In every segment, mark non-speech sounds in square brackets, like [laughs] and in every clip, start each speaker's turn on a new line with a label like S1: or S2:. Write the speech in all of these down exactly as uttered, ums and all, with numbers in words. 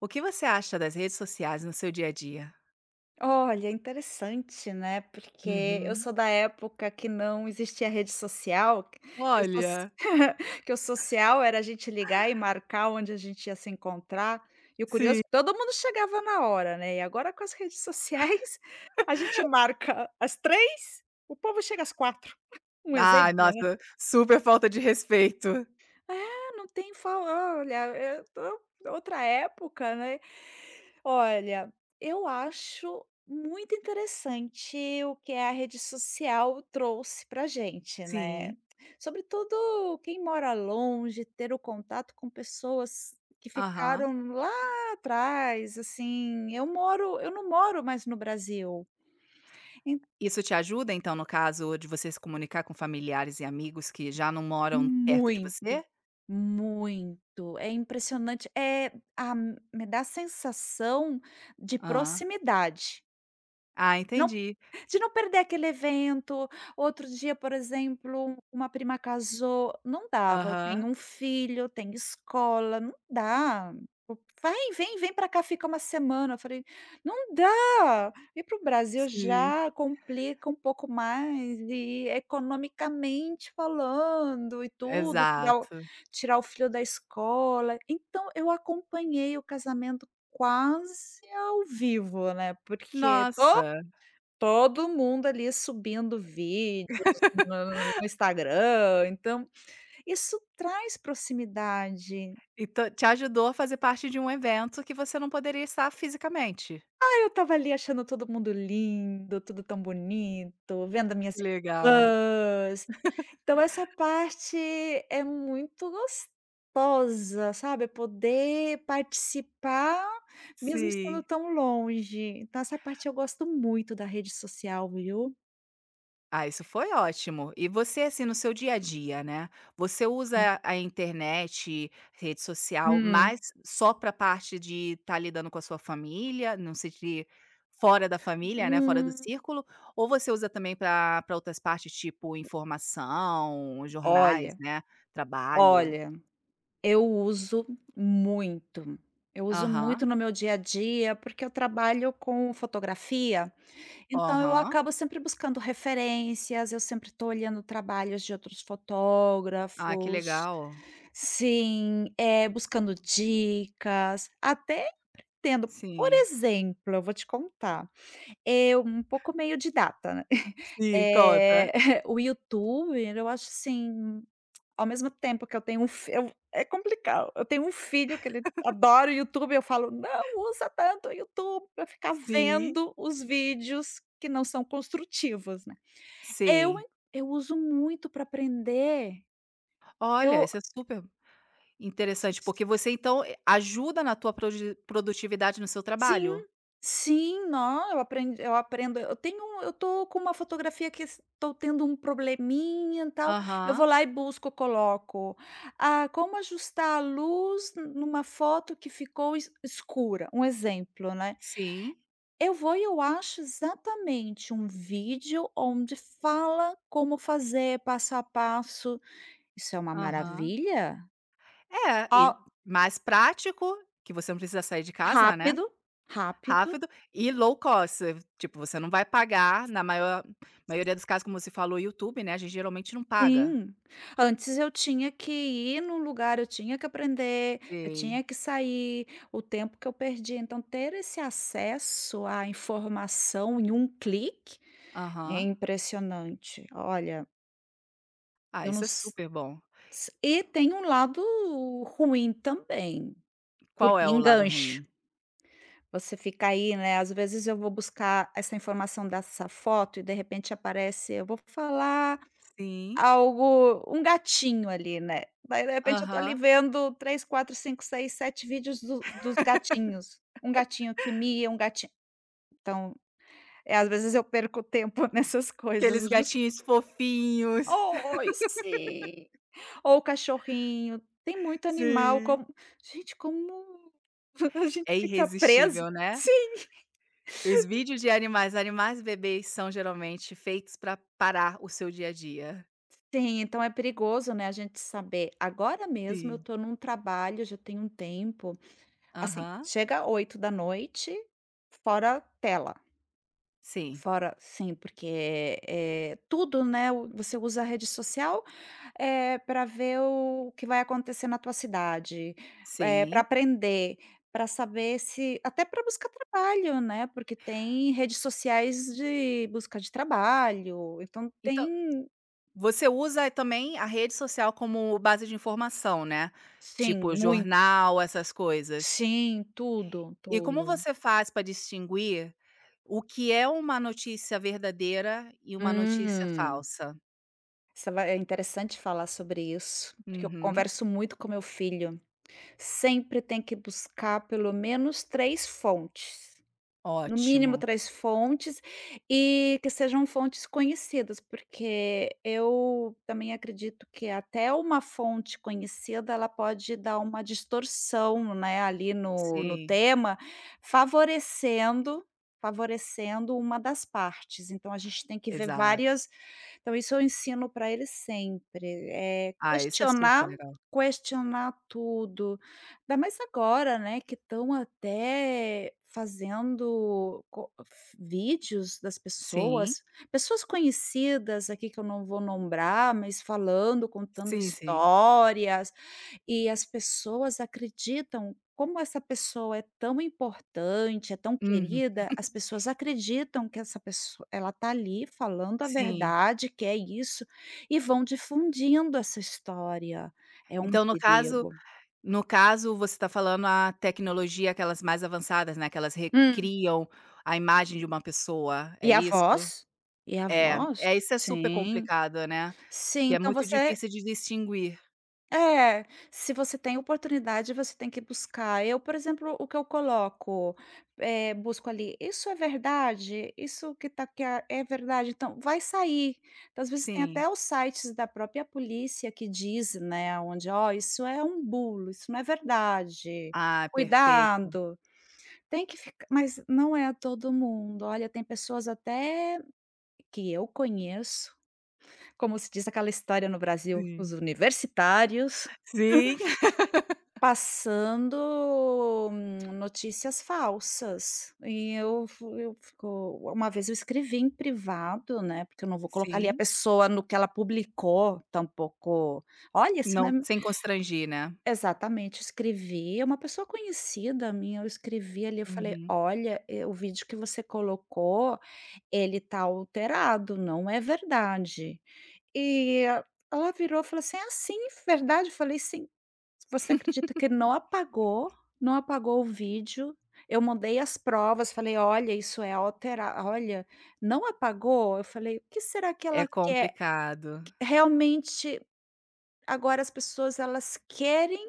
S1: O que você acha das redes sociais no seu dia a dia?
S2: Olha, interessante, né, porque eu
S1: Uhum.
S2: sou da época que não existia rede social, que que o soci
S1: Olha,
S2: [laughs] que o social era a gente ligar e marcar onde a gente ia se encontrar, e o curioso
S1: sim.
S2: é que todo mundo chegava na hora, né. E agora com as redes sociais, [laughs] a gente marca às três, o povo chega às quatro. Um
S1: Ai,
S2: exemplo, né.
S1: nossa, super falta de respeito.
S2: É, não tem fa olha, eu tô outra época, né. Olha, eu acho muito interessante o que a rede social trouxe pra gente, né.
S1: Sim.
S2: Sobretudo quem mora longe, ter o contato com pessoas que
S1: Aham.
S2: ficaram lá atrás, assim, eu moro eu não moro mais no Brasil. En
S1: Isso te ajuda, então, no caso de você se comunicar com familiares e amigos que já não moram perto de
S2: Muito,
S1: você?
S2: muito, é impressionante. É, a me dá a sensação de
S1: Ah.
S2: proximidade.
S1: Ah,
S2: não
S1: entendi.
S2: De não perder aquele evento. Outro dia, por exemplo, uma prima casou, não dava, eu tenho
S1: Aham,
S2: um filho, tenho escola, não dá. Pô, "Vai, vem, vem pra cá, fica uma semana", eu falei: "Não dá, ir para o Brasil
S1: sim.
S2: já complica um pouco mais e economicamente falando e tudo, tirar o
S1: Exato.
S2: tirar o filho da escola". Então eu acompanhei o casamento quase ao vivo, né, porque
S1: Nossa,
S2: todo mundo ali subindo vídeos no no Instagram, então isso traz proximidade.
S1: então te ajudou a fazer parte de um evento que você não poderia estar fisicamente.
S2: Aí eu estava ali achando todo mundo lindo, tudo tão bonito, vendo minhas
S1: Que legal.
S2: irmãs. Então essa parte é muito gostosa, sabe, é poder participar mesmo estando
S1: Sim.
S2: tão longe. Então essa parte eu gosto muito da rede social, viu.
S1: Ah, isso foi ótimo. E você, assim, no seu dia a dia, né? Você usa a internet, rede social, mas
S2: Uhum.
S1: só para a parte de estar lidando com a sua família, não sei de fora da família, né? Fora do
S2: Hum.
S1: círculo, ou você usa também para para outras partes, tipo informação, jornais,
S2: Olha,
S1: né? Trabalho.
S2: olha, eu uso muito. Eu uso muito
S1: Aham,
S2: no meu dia a dia, porque eu trabalho com fotografia, então eu
S1: aham.
S2: acabo sempre buscando referências, eu sempre estou olhando trabalhos de outros
S1: Ah, que
S2: fotógrafos.
S1: legal.
S2: Sim, é buscando dicas, até tendo por
S1: Sim,
S2: exemplo, eu vou te contar, eu um pouco meio didata, né, [laughs]
S1: sim, conta.
S2: eh, [laughs] o YouTube, eu acho assim ao mesmo tempo que eu tenho um fi eu é complicado. Eu tenho um filho que ele adora o YouTube, eu falo: "Não usa tanto o YouTube para ficar
S1: Sim,
S2: vendo os vídeos que não são construtivos", né. Eu
S1: sim.
S2: eu uso muito para aprender.
S1: Olha,
S2: Eu
S1: isso é super interessante, porque você então, eh, ajuda na tua prodi produtividade no seu
S2: sim,
S1: trabalho?
S2: sim, não eu aprendo eu aprendo eu tenho um- eu tô com uma fotografia que estou tendo um probleminha, e tal, eu vou
S1: Aham,
S2: lá e busco, coloco. Ah, como ajustar a luz numa foto que ficou es escura, um exemplo, né.
S1: sim,
S2: Eu vou e eu acho exatamente um vídeo onde fala como fazer passo a passo. Isso é uma
S1: aham.
S2: maravilha.
S1: É,
S2: Ó,
S1: e mais prático, que você não precisa sair de casa, né,
S2: rápido, rápido.
S1: rápido, e low cost, eh, tipo, você não vai pagar na maior maioria dos casos, como você falou, o YouTube, né, a gente geralmente não paga.
S2: Sim. Antes eu tinha que ir num lugar, eu tinha que aprender, eu
S1: Sim,
S2: tinha que sair, o tempo que eu perdi. Então, ter esse acesso à informação em um clique é
S1: aham.
S2: impressionante. Olha,
S1: Ah,
S2: eu não
S1: isso é
S2: s
S1: super bom.
S2: s e tem um lado ruim também,
S1: Qual
S2: porque
S1: é o lado
S2: engancha.
S1: ruim?
S2: Você fica aí, né, às vezes eu vou buscar essa informação dessa foto e de repente aparece eu vou falar
S1: Sim,
S2: algo, um gatinho ali, né. Daí de repente eu tô ali
S1: aham.
S2: vendo três quatro cinco seis sete vídeos do dos gatinhos. Um gatinho que mia, um gatinho então, é, às vezes eu perco tempo [laughs] nessas coisas,
S1: Aqueles
S2: jus
S1: gatinhos fofinhos.
S2: Oi, sim. Ou o cachorrinho, tem
S1: [laughs]
S2: muito animal,
S1: Sim.
S2: como gente, como [laughs] a gente
S1: É
S2: fica preso.
S1: irresistível, né?
S2: Sim,
S1: Os vídeos de animais animais bebês são geralmente feitos para parar o seu dia a dia.
S2: sim, então é perigoso, né, a gente saber. Agora mesmo eu
S1: Sim.
S2: tô num trabalho, já tem um tempo, assim,
S1: Aham.
S2: chega oito da noite, fora tela,
S1: Sim,
S2: fora sim, porque, eh, tudo, né, o você usa a rede social, para ver o que vai acontecer na tua cidade, para
S1: sim.
S2: aprender, para saber se até para buscar trabalho, né, porque tem redes sociais de busca de trabalho, então
S1: Então,
S2: tem
S1: você usa também a rede social como base de informação, né,
S2: sim,
S1: tipo
S2: muito
S1: jornal, essas coisas.
S2: sim, tudo,
S1: E como
S2: tudo.
S1: você faz para distinguir o que é uma notícia verdadeira e uma notícia
S2: Hum.
S1: falsa?
S2: Isso vai é interessante falar sobre isso, porque eu
S1: Uhum.
S2: converso muito com meu filho. Sempre tem que buscar pelo menos três fontes, no mínimo
S1: Ótimo.
S2: três fontes, e que sejam fontes conhecidas, porque eu também acredito que até uma fonte conhecida, ela pode dar uma distorção, né, ali no no
S1: Sim,
S2: tema, favorecendo favorecendo uma das partes. Então a gente tem que ver
S1: exato.
S2: várias, então isso eu ensino para eles sempre, é
S1: Ah, isso é super
S2: questionar,
S1: legal.
S2: questionar tudo. Ainda mais agora, né, que estão até fazendo co f vídeos das
S1: Sim,
S2: pessoas, pessoas conhecidas aqui que eu não vou nombrar, mas falando, contando
S1: sim, sim.
S2: histórias. E as pessoas acreditam como essa pessoa é tão importante, é tão
S1: Uhum.
S2: querida, as pessoas acreditam que essa pessoa ela tá ali falando a
S1: Sim.
S2: verdade, que é isso, e vão difundindo essa história. É um
S1: Então no caso
S2: perigo.
S1: no caso você está falando a tecnologia, aquelas mais avançadas, né, que elas
S2: Hum.
S1: recriam a imagem de uma pessoa, é
S2: E a
S1: isso?
S2: voz? E a
S1: É,
S2: voz?
S1: é isso é super
S2: Sim.
S1: complicado, né,
S2: Sim,
S1: que é
S2: então
S1: muito
S2: você
S1: difícil de distinguir.
S2: É, se você tem oportunidade, você tem que buscar. Eu, por exemplo, o que eu coloco, eh, busco ali, isso é verdade? Isso que tá aqui é é verdade? Então, vai sair. Então, às vezes tem até
S1: Sim.
S2: os sites da própria polícia que diz, né, onde, ó, isso é um bulo, isso não é verdade.
S1: Ah, perfeito.
S2: Cuidado. Tem que ficar, mas não é todo mundo. Olha, tem pessoas até que eu conheço, como se diz aquela história no Brasil, os
S1: Sim.
S2: universitários.
S1: Sim, [laughs]
S2: Passando, hum, notícias falsas, e eu fu eu fico, uma vez eu escrevi em privado, né, porque eu não vou colocar ali a
S1: sim.
S2: pessoa no que ela publicou, tampouco olha isso não
S1: Não
S2: é
S1: sem constrangir, né.
S2: exatamente, escrevi, é uma pessoa conhecida minha, eu escrevi ali, eu falei:
S1: Uhum.
S2: "Olha, eh, o vídeo que você colocou, ele tá alterado, não é verdade". E a- Ela virou e falou assim: "Ah, sim, verdade". Eu falei: "Sim". Você acredita que não apagou, não apagou o vídeo. Eu mandei as provas, falei: "Olha, isso é altera olha, não apagou". Eu falei: "O que será que
S1: É
S2: ela quer?".
S1: complicado.
S2: Realmente agora as pessoas elas querem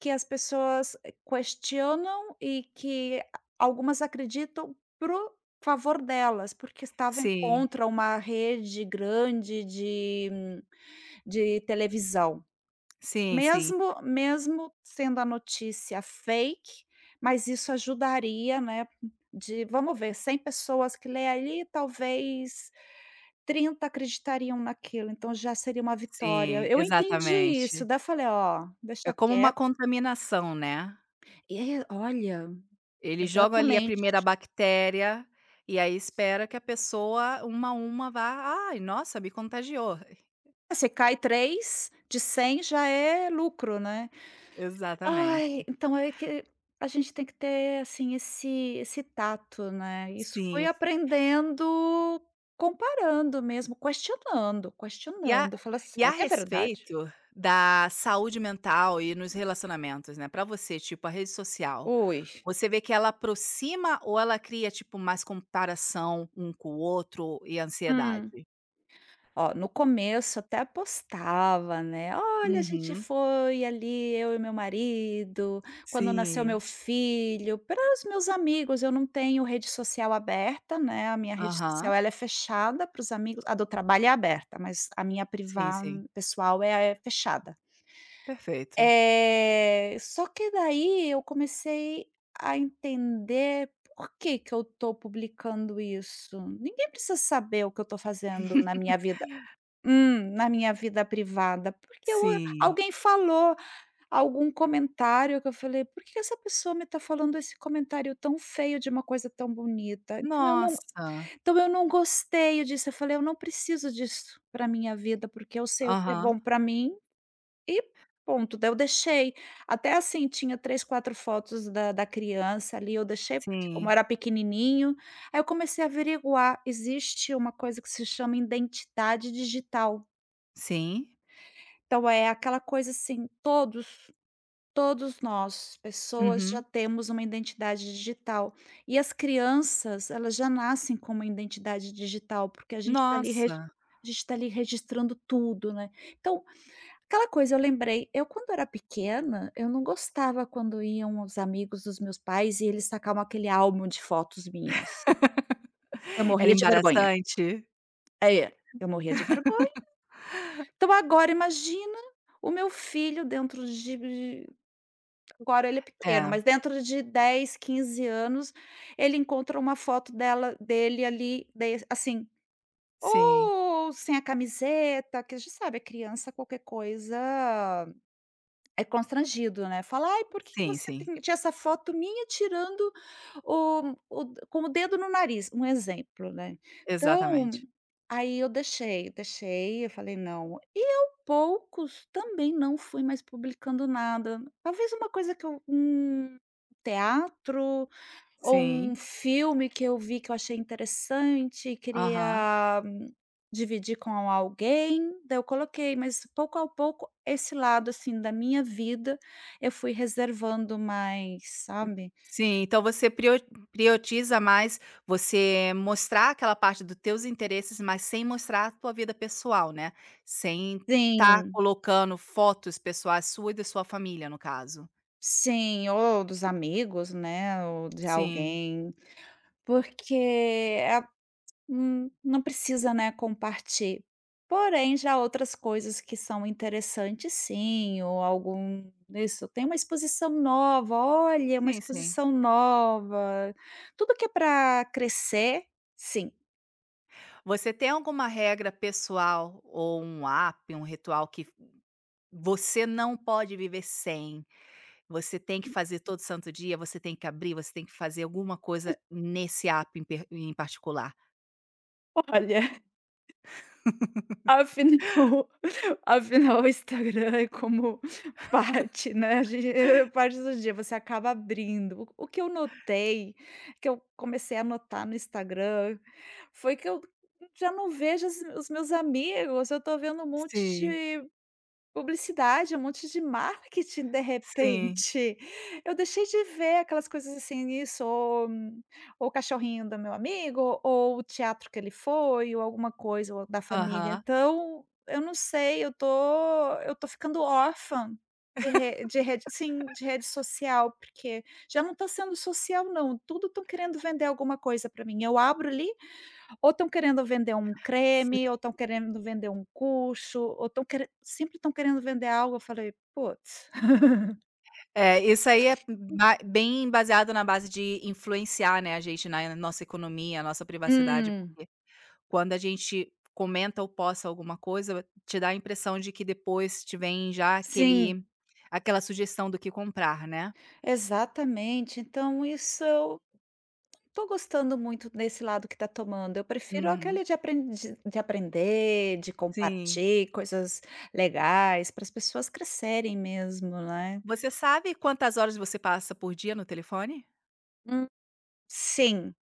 S2: que as pessoas eh, questionam e que algumas acreditam pro favor delas, porque estavam
S1: Sim,
S2: contra uma rede grande de, hum, de televisão.
S1: sim, sim,
S2: Mesmo mesmo sendo a notícia fake, mas isso ajudaria, né, de vamos ver, cem pessoas que lê ali, talvez trinta acreditariam naquilo, então já seria uma vitória.
S1: sim,
S2: Eu entendi isso,
S1: exatamente.
S2: daí eu falei: "Ó,
S1: É
S2: deixa
S1: como uma
S2: quieto".
S1: contaminação, né.
S2: É, olha.
S1: Eles jogam ali a primeira
S2: Exatamente.
S1: bactéria, e aí espera que a pessoa, uma a uma, vá: "Ai, nossa, me contagiou".
S2: É, você cai três de cem já é lucro, né.
S1: Exatamente.
S2: Ai, então é que a gente tem que ter, assim, esse esse tato, né. Isso fui
S1: Sim.
S2: aprendendo comparando mesmo, questionando,
S1: E a
S2: questionando. Fala:
S1: e a
S2: "Será que é verdade?"
S1: respeito da saúde mental e nos relacionamentos, né, pra você, tipo, a rede social,
S2: Oi.
S1: você vê que ela aproxima ou ela cria, tipo, mais comparação um com o outro e
S2: Hum.
S1: ansiedade?
S2: Ó, no começo até postava, né: "Olha, a gente
S1: Uhum.
S2: foi ali, eu e meu marido, quando nasceu
S1: Sim.
S2: meu filho", para os meus amigos. Eu não tenho rede social aberta, né, a minha rede social
S1: Aham.
S2: ela é fechada para os amigos, a do trabalho é aberta, mas a minha privada
S1: Sim, sim.
S2: pessoal é é fechada.
S1: Perfeito.
S2: É só que daí eu comecei a entender por que que eu tô publicando isso. Ninguém precisa saber o que eu tô fazendo na
S1: [laughs]
S2: minha vida. Hum, na minha vida privada, porque eu, ah,
S1: Sim.
S2: alguém falou algum comentário que eu falei: "Por que essa pessoa me está falando esse comentário tão feio de uma coisa tão bonita?". Então eu não
S1: Nossa!
S2: então eu não gostei disso, eu falei: "Eu não preciso disso para minha vida, porque eu sei o que é bom
S1: Aham,
S2: para mim e ponto". Daí eu deixei, até assim, tinha três quatro fotos da da criança ali, eu deixei, porque como
S1: sim,
S2: era pequenininho, aí eu comecei a averiguar, existe uma coisa que se chama identidade digital.
S1: sim,
S2: Então é aquela coisa assim, todos todos nós, pessoas, já
S1: uhum.
S2: temos uma identidade digital. E as crianças, elas já nascem com uma identidade digital, porque a gente está ali regi
S1: Nossa,
S2: a gente está ali registrando tudo, né. Então, aquela coisa, eu lembrei, eu quando era pequena, eu não gostava quando iam os amigos dos meus pais e eles sacavam aquele álbum de fotos minhas. Eu
S1: era
S2: morria de vergonha.
S1: embaraçante?
S2: É, eu morria de vergonha. Então agora imagina o meu filho dentro de Agora ele é pequeno,
S1: É,
S2: mas dentro de dez quinze anos, ele encontra uma foto dela dele ali, de assim,
S1: sim,
S2: ou sem a camiseta, que a gente sabe, a criança qualquer coisa é constrangido, né. Falar: "Ai, por que
S1: sim,
S2: você
S1: sim,
S2: tem tinha essa foto minha tirando o o com o dedo no nariz", um exemplo, né. Então,
S1: exatamente.
S2: aí eu deixei, deixei, eu falei: "Não". E eu poucos também não fui mais publicando nada, talvez uma coisa que eu um teatro ou
S1: Sim,
S2: um filme que eu vi que eu achei interessante e
S1: aham.
S2: queria, hum, dividir com alguém, daí eu coloquei, mas pouco a pouco esse lado, assim, da minha vida, eu fui reservando mais, sabe.
S1: Sim, então você prio prioritiza mais você mostrar aquela parte do teus interesses, mas sem mostrar a tua vida pessoal, né, sem tá
S2: Sim,
S1: colocando fotos pessoais sua e da sua família, no caso.
S2: sim, ou dos amigos, né, ou de
S1: Sim,
S2: alguém, porque é, Hum, não precisa, né, compartilhar. Porém, já outras coisas que são interessantes sim, ou algum isso, tem uma exposição nova, olha, uma
S1: sim, sim.
S2: exposição nova. Tudo que é para crescer, sim.
S1: Você tem alguma regra pessoal ou um app, um ritual que você não pode viver sem, você tem que fazer todo santo dia, você tem que abrir, você tem que fazer alguma coisa nesse app em per em particular.
S2: [laughs] Olha. Afinal [laughs] afinal o Instagram é como parte, né, a gente [laughs] parte do dia, você acaba abrindo. O o que eu notei, que eu comecei a notar no Instagram, foi que eu já não vejo as os meus amigos, eu tô vendo um monte,
S1: Sim,
S2: publicidade, um monte de marketing de
S1: sim,
S2: repente. Eu deixei de ver aquelas coisas assim, isso, ou hum, ou o cachorrinho do meu amigo, ou o teatro que ele foi, ou alguma coisa, ou da família.
S1: aham,
S2: Então, eu não sei, eu tô eu tô ficando órfã de re de rede sim, de rede social, porque já não tá sendo social não, tudo estão querendo vender alguma coisa para mim. Eu abro ali ou estão querendo vender um
S1: sim.
S2: creme, ou estão querendo vender um curso, ou estão queren sempre estão querendo vender algo, eu falei: "Putz".
S1: É, isso aí é ba bem baseado na base de influenciar, né, a gente na nossa economia, a nossa privacidade,
S2: Hum,
S1: porque quando a gente comenta ou posta alguma coisa, te dá a impressão de que depois te vem já
S2: sim.
S1: aquele aquela sugestão do que comprar, né?
S2: Exatamente, então isso eu tô gostando muito desse lado que tá tomando, eu prefiro
S1: Uhum,
S2: aquele de aprendi de aprender, de
S1: sim.
S2: compartilhar coisas legais, para as pessoas crescerem mesmo, né.
S1: Você sabe quantas horas você passa por dia no telefone?
S2: Hum. Sim.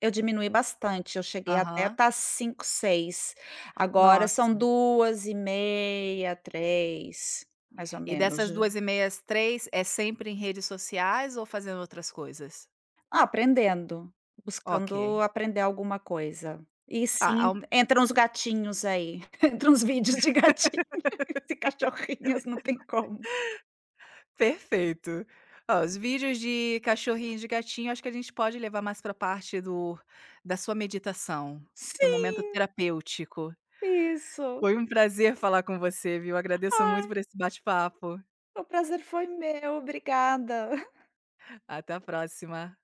S2: Eu diminuí bastante, eu cheguei até a
S1: Aham.
S2: estar cinco, seis, agora são
S1: Nossa.
S2: duas e meia, três, mais ou
S1: E
S2: menos.
S1: dessas duas e meias, três é sempre em redes sociais ou fazendo outras coisas?
S2: Ah, aprendendo,
S1: Ok.
S2: buscando aprender alguma coisa. E
S1: Ah,
S2: sim,
S1: ao
S2: entram os gatinhos aí, [laughs] entram os vídeos de gatinhos e cachorrinhos, não tem como.
S1: perfeito. Ó, os vídeos de cachorrinho e de gatinho, acho que a gente pode levar mais para a parte do da sua meditação, do momento
S2: Sim,
S1: terapêutico.
S2: isso.
S1: Foi um prazer falar com você, viu. Agradeço muito
S2: Ai,
S1: por esse bate-papo.
S2: o prazer foi meu, obrigada.
S1: Até a próxima.